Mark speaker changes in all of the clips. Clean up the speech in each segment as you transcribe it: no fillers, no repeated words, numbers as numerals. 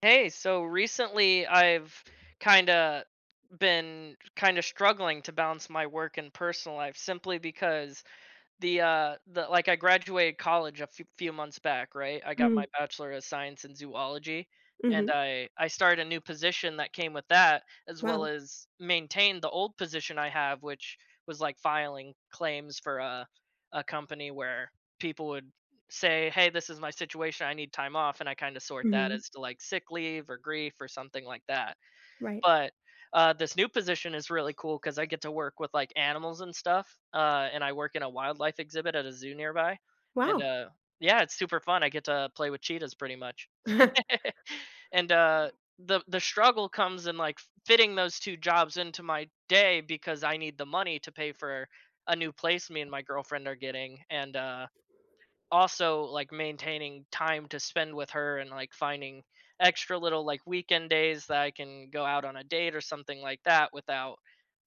Speaker 1: Hey, so recently I've kind of been kind of struggling to balance my work and personal life simply because the like I graduated college a few months back, right? I got my
Speaker 2: Mm,
Speaker 1: bachelor of science in zoology, and
Speaker 2: mhm,
Speaker 1: I started a new position that came with that, as well
Speaker 2: wow.
Speaker 1: as maintained the old position I have, which was like filing claims for a company where people would say, "Hey, this is my situation. I need time off." And I kind of sort that
Speaker 2: Mhm,
Speaker 1: as to like sick leave or grief or something like that.
Speaker 2: right.
Speaker 1: But, this new position is really cool because I get to work with, like, animals and stuff, and I work in a wildlife exhibit at a zoo nearby, and,
Speaker 2: Wow.
Speaker 1: yeah, it's super fun. I get to play with cheetahs pretty much. And, the struggle comes in, like, fitting those two jobs into my day because I need the money to pay for a new place me and my girlfriend are getting, and, also like maintaining time to spend with her, and like finding extra little like weekend days that I can go out on a date or something like that without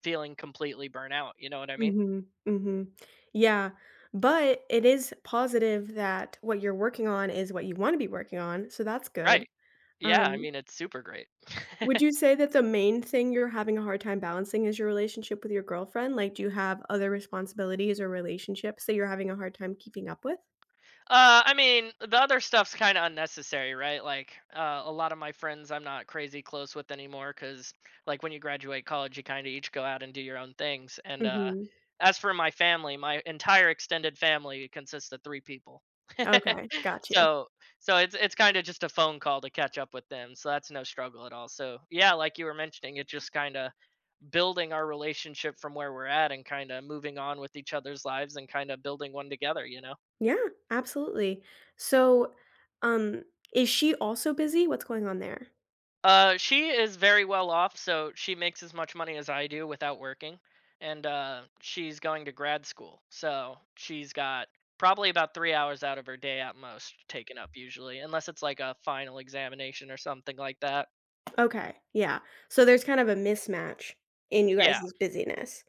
Speaker 1: feeling completely burnt out. You know what I mean?
Speaker 2: Mhm, mhm. Yeah, but it is positive that what you're working on is what you wanna be working on, so that's
Speaker 1: Right.
Speaker 2: good.
Speaker 1: Yeah. I
Speaker 2: Um
Speaker 1: mean, it's super great.
Speaker 2: Would you say that the main thing you're having a hard time balancing is your relationship with your girlfriend? Like, do you have other responsibilities or relationships that you're having a hard time keeping up with?
Speaker 1: I mean, the other stuff's kind of unnecessary, right? Like, a lot of my friends I'm not crazy close with anymore because, like, when you graduate college, you kind of each go out and do your own things. And
Speaker 2: Mhm.
Speaker 1: as for my family, my entire extended family consists of three people.
Speaker 2: Okay, got you.
Speaker 1: so, so it's kind of just a phone call to catch up with them. So that's no struggle at all. So yeah, like you were mentioning, it's just kind of building our relationship from where we're at and kind of moving on with each other's lives and kind of building one together, you know.
Speaker 2: Yeah, absolutely. So, um, is she also busy? What's going on there?
Speaker 1: She is very well off, so she makes as much money as I do without working, and she's going to grad school, so she's got probably about 3 hours out of her day at most taken up usually, unless it's like a final examination or something like that.
Speaker 2: Okay, yeah. So there's kind of a mismatch in you
Speaker 1: Yeah,
Speaker 2: guys' busyness.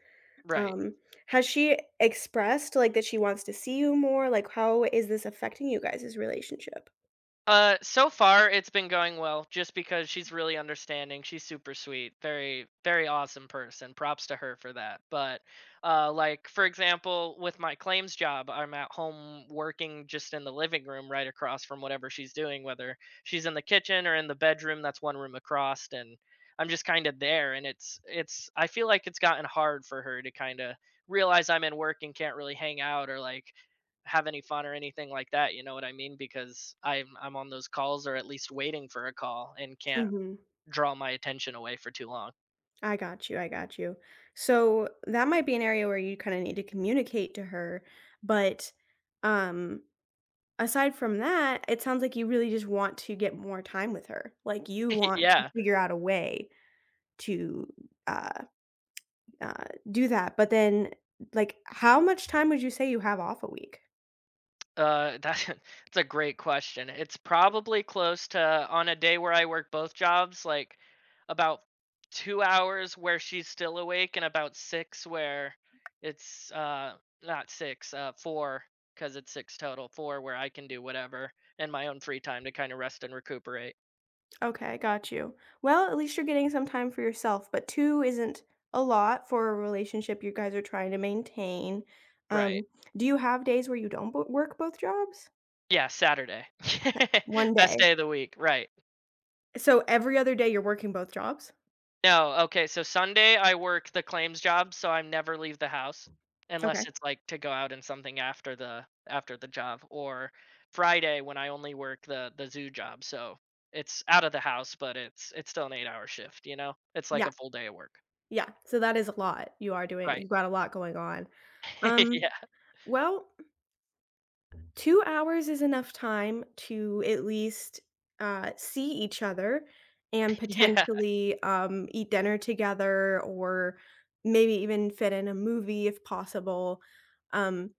Speaker 1: right.
Speaker 2: Um, has she expressed, like, that she wants to see you more? Like, how is this affecting you guys' relationship?
Speaker 1: So far it's been going well, just because she's really understanding. She's super sweet, very, very awesome person. Props to her for that. But, like for example, with my claims job, I'm at home working just in the living room, right across from whatever she's doing, whether she's in the kitchen or in the bedroom. That's one room across, and I'm just kind of there. And it's, it's. I feel like it's gotten hard for her to kind of realize I'm in work and can't really hang out or like have any fun or anything like that, you know what I mean? Because I'm on those calls or at least waiting for a call and can't
Speaker 2: Mhm.
Speaker 1: draw my attention away for too long.
Speaker 2: I got you, I got you. So, that might be an area where you kinda need to communicate to her, but, um, aside from that, it sounds like you really just want to get more time with her. Like, you want to
Speaker 1: Yeah,
Speaker 2: figure out a way to, uh uh, do that, but then, like, how much time would you say you have off a week?
Speaker 1: uh, that, that's a great question. It's probably close to, on a day where I work both jobs, like, about 2 hours where she's still awake, and about 6 where it's not six, four, because it's 6 total, 4 where I can do whatever in my own free time to kind of rest and recuperate.
Speaker 2: Okay, got you. Well, at least you're getting some time for yourself, but 2 isn't a lot for a relationship you guys are trying to maintain.
Speaker 1: Right.
Speaker 2: Um, do you have days where you don't bo work both jobs?
Speaker 1: Yeah, Saturday.
Speaker 2: 1
Speaker 1: Best day
Speaker 2: day.
Speaker 1: of the week, right.
Speaker 2: So every other day you're working both jobs?
Speaker 1: No, okay, so Sunday, I work the claims job, so I never leave the house unless
Speaker 2: Okay.
Speaker 1: it's, like, to go out and something after the job, or Friday when I only work the zoo job, so it's out of the house, but it's still an 8-hour shift, you know? It's like
Speaker 2: Yeah,
Speaker 1: a full day of work.
Speaker 2: yeah. So that is a lot. You are doing
Speaker 1: Right.
Speaker 2: you've got a lot going on. Um,
Speaker 1: Yeah.
Speaker 2: well, 2 hours is enough time to at least, see each other and
Speaker 1: Yeah.
Speaker 2: potentially, eat dinner together or maybe even fit in a movie if possible. Um,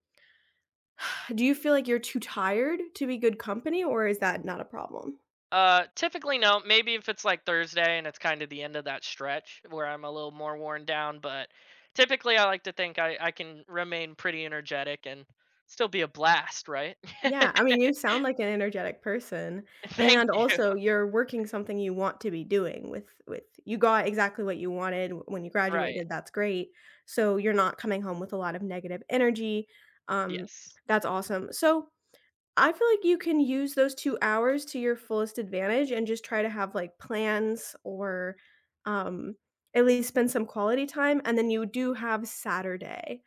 Speaker 2: do you feel like you're too tired to be good company, or is that not a problem?
Speaker 1: Typically no. Maybe if it's like Thursday and it's kind of the end of that stretch where I'm a little more worn down, but typically I like to think I can remain pretty energetic and still be a blast, right?
Speaker 2: Yeah, I mean, you sound like an energetic person,
Speaker 1: Thank
Speaker 2: and
Speaker 1: you.
Speaker 2: also you're working something you want to be doing with you got exactly what you wanted w when you
Speaker 1: Right.
Speaker 2: graduated, that's great, so you're not coming home with a lot of negative energy, um,
Speaker 1: Yes.
Speaker 2: that's awesome. So I feel like you can use those 2 hours to your fullest advantage and just try to have, like, plans or, um, at least spend some quality time, and then you do have Saturday.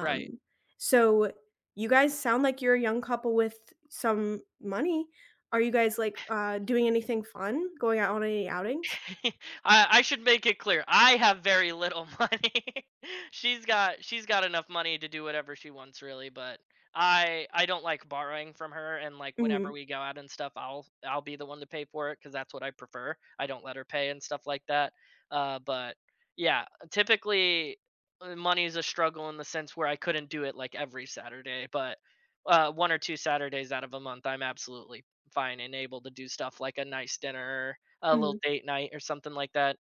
Speaker 1: Right.
Speaker 2: so you guys sound like you're a young couple with some money. Are you guys, like, doing anything fun? Going out on any outings?
Speaker 1: I should make it clear. I have very little money. She's got enough money to do whatever she wants really, but I don't like borrowing from her, and like whenever
Speaker 2: Mhm,
Speaker 1: we go out and stuff, I'll be the one to pay for it, cuz that's what I prefer. I don't let her pay and stuff like that. But yeah, typically, money is a struggle in the sense where I couldn't do it like every Saturday, but one or two Saturdays out of a month I'm absolutely fine and able to do stuff like a nice dinner, a little
Speaker 2: mhm,
Speaker 1: date night or something like that.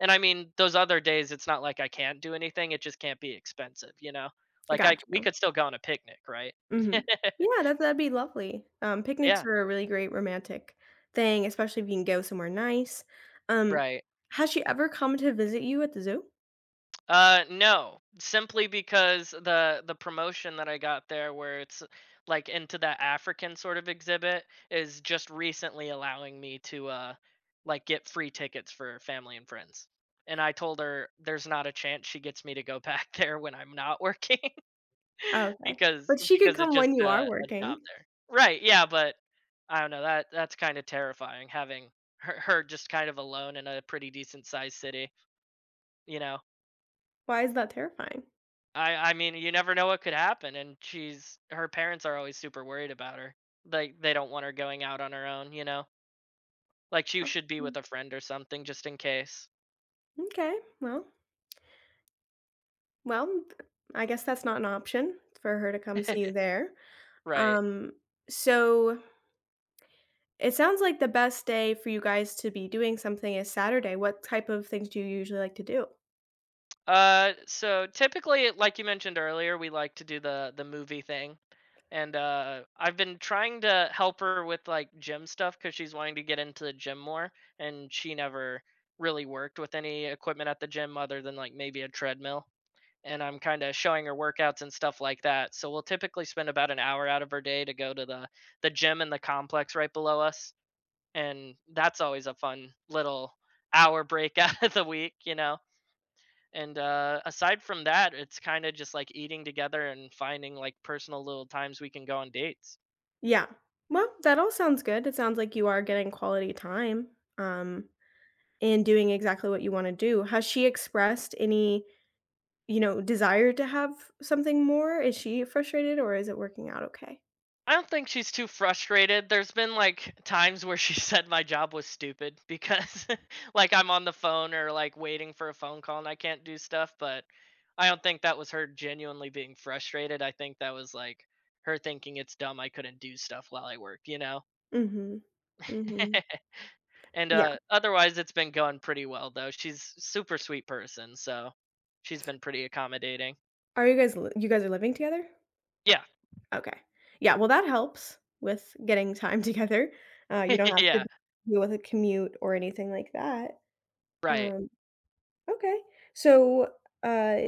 Speaker 1: And I mean, those other days, it's not like I can't do anything. It just can't be expensive, you know?
Speaker 2: I
Speaker 1: Like, I, c-
Speaker 2: got
Speaker 1: we
Speaker 2: you.
Speaker 1: could still go on a picnic, right?
Speaker 2: Mhm. Yeah, that'd be lovely. Picnics
Speaker 1: Yeah,
Speaker 2: are a really great romantic thing, especially if you can go somewhere nice. Um,
Speaker 1: right.
Speaker 2: has she ever come to visit you at the zoo?
Speaker 1: No, simply because the promotion that I got there, where it's like into that African sort of exhibit, is just recently allowing me to like get free tickets for family and friends. And I told her there's not a chance she gets me to go back there when I'm not working.
Speaker 2: Oh, okay.
Speaker 1: because
Speaker 2: But she could
Speaker 1: because it's
Speaker 2: come
Speaker 1: just
Speaker 2: when you
Speaker 1: a,
Speaker 2: are
Speaker 1: a job
Speaker 2: working.
Speaker 1: there. Right. Yeah, but I don't know. That that's kind of terrifying, having her just kind of alone in a pretty decent sized city, you know.
Speaker 2: Why is that terrifying?
Speaker 1: I mean, you never know what could happen, and she's her parents are always super worried about her. Like they don't want her going out on her own, you know. Like she
Speaker 2: Oh,
Speaker 1: should be
Speaker 2: mm,
Speaker 1: with a friend or something just in case.
Speaker 2: okay. Well, th I guess that's not an option for her to come see you there.
Speaker 1: Right.
Speaker 2: Um, so it sounds like the best day for you guys to be doing something is Saturday. What type of things do you usually like to do?
Speaker 1: So typically, like you mentioned earlier, we like to do the movie thing, and I've been trying to help her with like gym stuff because she's wanting to get into the gym more, and she never really worked with any equipment at the gym other than like maybe a treadmill. And I'm kind of showing her workouts and stuff like that. So we'll typically spend about an hour out of her day to go to the gym in the complex right below us, and that's always a fun little hour break out of the week, you know. And aside from that, it's kind of just like eating together and finding like personal little times we can go on dates.
Speaker 2: Yeah. Well, that all sounds good. It sounds like you are getting quality time, um, and doing exactly what you wanna do. Has she expressed any, desire to have something more? Is she frustrated, or is it working out okay?
Speaker 1: I don't think she's too frustrated. There's been like times where she said my job was stupid because like I'm on the phone or like waiting for a phone call and I can't do stuff, but I don't think that was her genuinely being frustrated. I think that was like her thinking it's dumb I couldn't do stuff while I work, you know?
Speaker 2: Mhm. Mhm.
Speaker 1: And
Speaker 2: Yeah.
Speaker 1: otherwise, it's been going pretty well though. She's super sweet person, so she's been pretty accommodating.
Speaker 2: Are you guys li you guys are living together?
Speaker 1: Yeah,
Speaker 2: Okay. Yeah, well, that helps with getting time together. You don't have to
Speaker 1: yeah,
Speaker 2: deal with a commute or anything like that.
Speaker 1: right,
Speaker 2: Um, okay. So, uh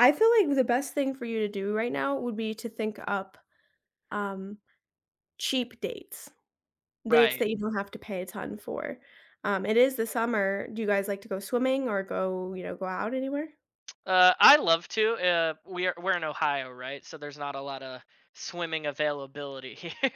Speaker 2: I feel like the best thing for you to do right now would be to think up, um, cheap dates, dates
Speaker 1: right.
Speaker 2: that you don't have to pay a ton for. It is the summer. Do you guys like to go swimming or go, go out anywhere?
Speaker 1: I love to. We're in Ohio, right? So there's not a lot of swimming availability here,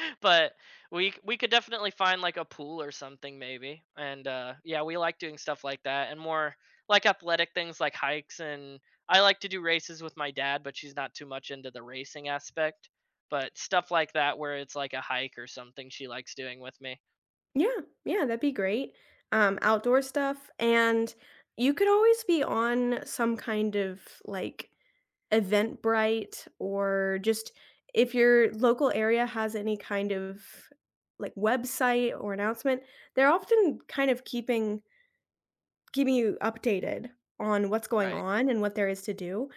Speaker 1: but we could definitely find like a pool or something maybe. And yeah, we like doing stuff like that, and more like athletic things like hikes, and I like to do races with my dad, but she's not too much into the racing aspect. But stuff like that where it's like a hike or something she likes doing with me.
Speaker 2: Yeah, yeah, that'd be great. Outdoor stuff, and you could always be on some kind of, like, Eventbrite or just if your local area has any kind of, like, website or announcement, they're often kind of keeping you updated on what's going
Speaker 1: Right.
Speaker 2: on and what there is to do.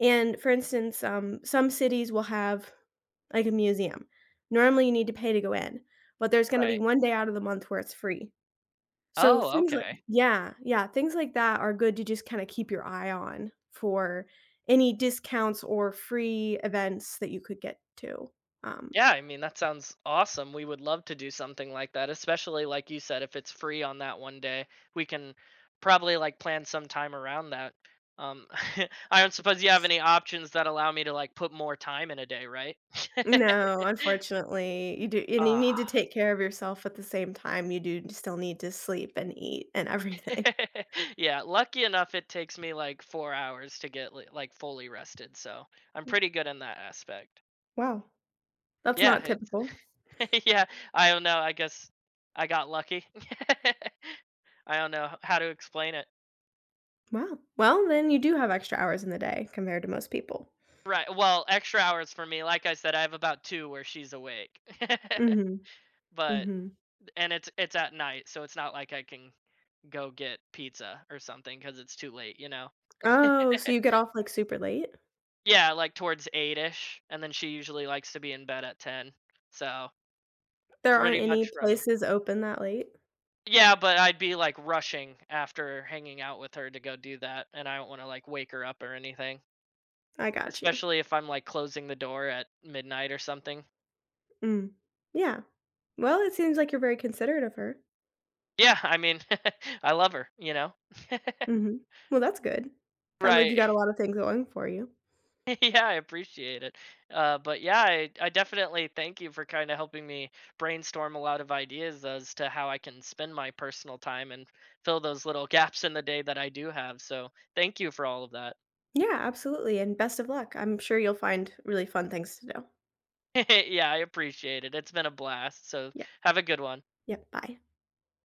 Speaker 2: And for instance, some cities will have like a museum. Normally, you need to pay to go in, but there's going to be
Speaker 1: Right.
Speaker 2: one day out of the month where it's free. So
Speaker 1: Oh,
Speaker 2: things like
Speaker 1: okay.
Speaker 2: yeah, yeah, things like that are good to just kind of keep your eye on for any discounts or free events that you could get to. Um,
Speaker 1: Yeah, I mean, that sounds awesome. We would love to do something like that, especially like you said, if it's free on that one day, we can probably like plan some time around that. Um, I don't suppose you have any options that allow me to like put more time in a day, right?
Speaker 2: No, unfortunately, you do, and you need
Speaker 1: Ah,
Speaker 2: to take care of yourself at the same time, you do still need to sleep and eat and everything.
Speaker 1: yeah. Lucky enough, it takes me like 4 hours to get like fully rested, so I'm pretty good in that aspect.
Speaker 2: Wow, that's
Speaker 1: Yeah,
Speaker 2: not typical.
Speaker 1: it's yeah. I don't know. I guess I got lucky. I don't know how to explain it.
Speaker 2: Wow. Well, then you do have extra hours in the day compared to most people.
Speaker 1: Right. Well, extra hours for me. Like I said, I have about two where she's awake.
Speaker 2: Mhm,
Speaker 1: but
Speaker 2: mhm.
Speaker 1: and it's at night, so it's not like I can go get pizza or something because it's too late, you know.
Speaker 2: Oh, so you get off, like, super late?
Speaker 1: Yeah, like towards 8-ish, and then she usually likes to be in bed at 10. So
Speaker 2: There aren't
Speaker 1: pretty much
Speaker 2: any
Speaker 1: from
Speaker 2: places open that late?
Speaker 1: yeah, but I'd be like rushing after hanging out with her to go do that, and I don't want to like wake her up or anything,
Speaker 2: I got you.
Speaker 1: especially if I'm like closing the door at midnight or something.
Speaker 2: Mm. Yeah. Well, it seems like you're very considerate of her.
Speaker 1: Yeah, I mean, I love her, you know.
Speaker 2: Mhm. Well, that's good. Sounds like
Speaker 1: Right.
Speaker 2: you got a lot of things going for you.
Speaker 1: Yeah, I appreciate it. But yeah, I definitely thank you for kind of helping me brainstorm a lot of ideas as to how I can spend my personal time and fill those little gaps in the day that I do have. So thank you for all of that.
Speaker 2: Yeah, absolutely, and best of luck. I'm sure you'll find really fun things to do.
Speaker 1: Yeah, I appreciate it. It's been a blast. So
Speaker 2: Yeah.
Speaker 1: have a good one.
Speaker 2: Yeah. Bye.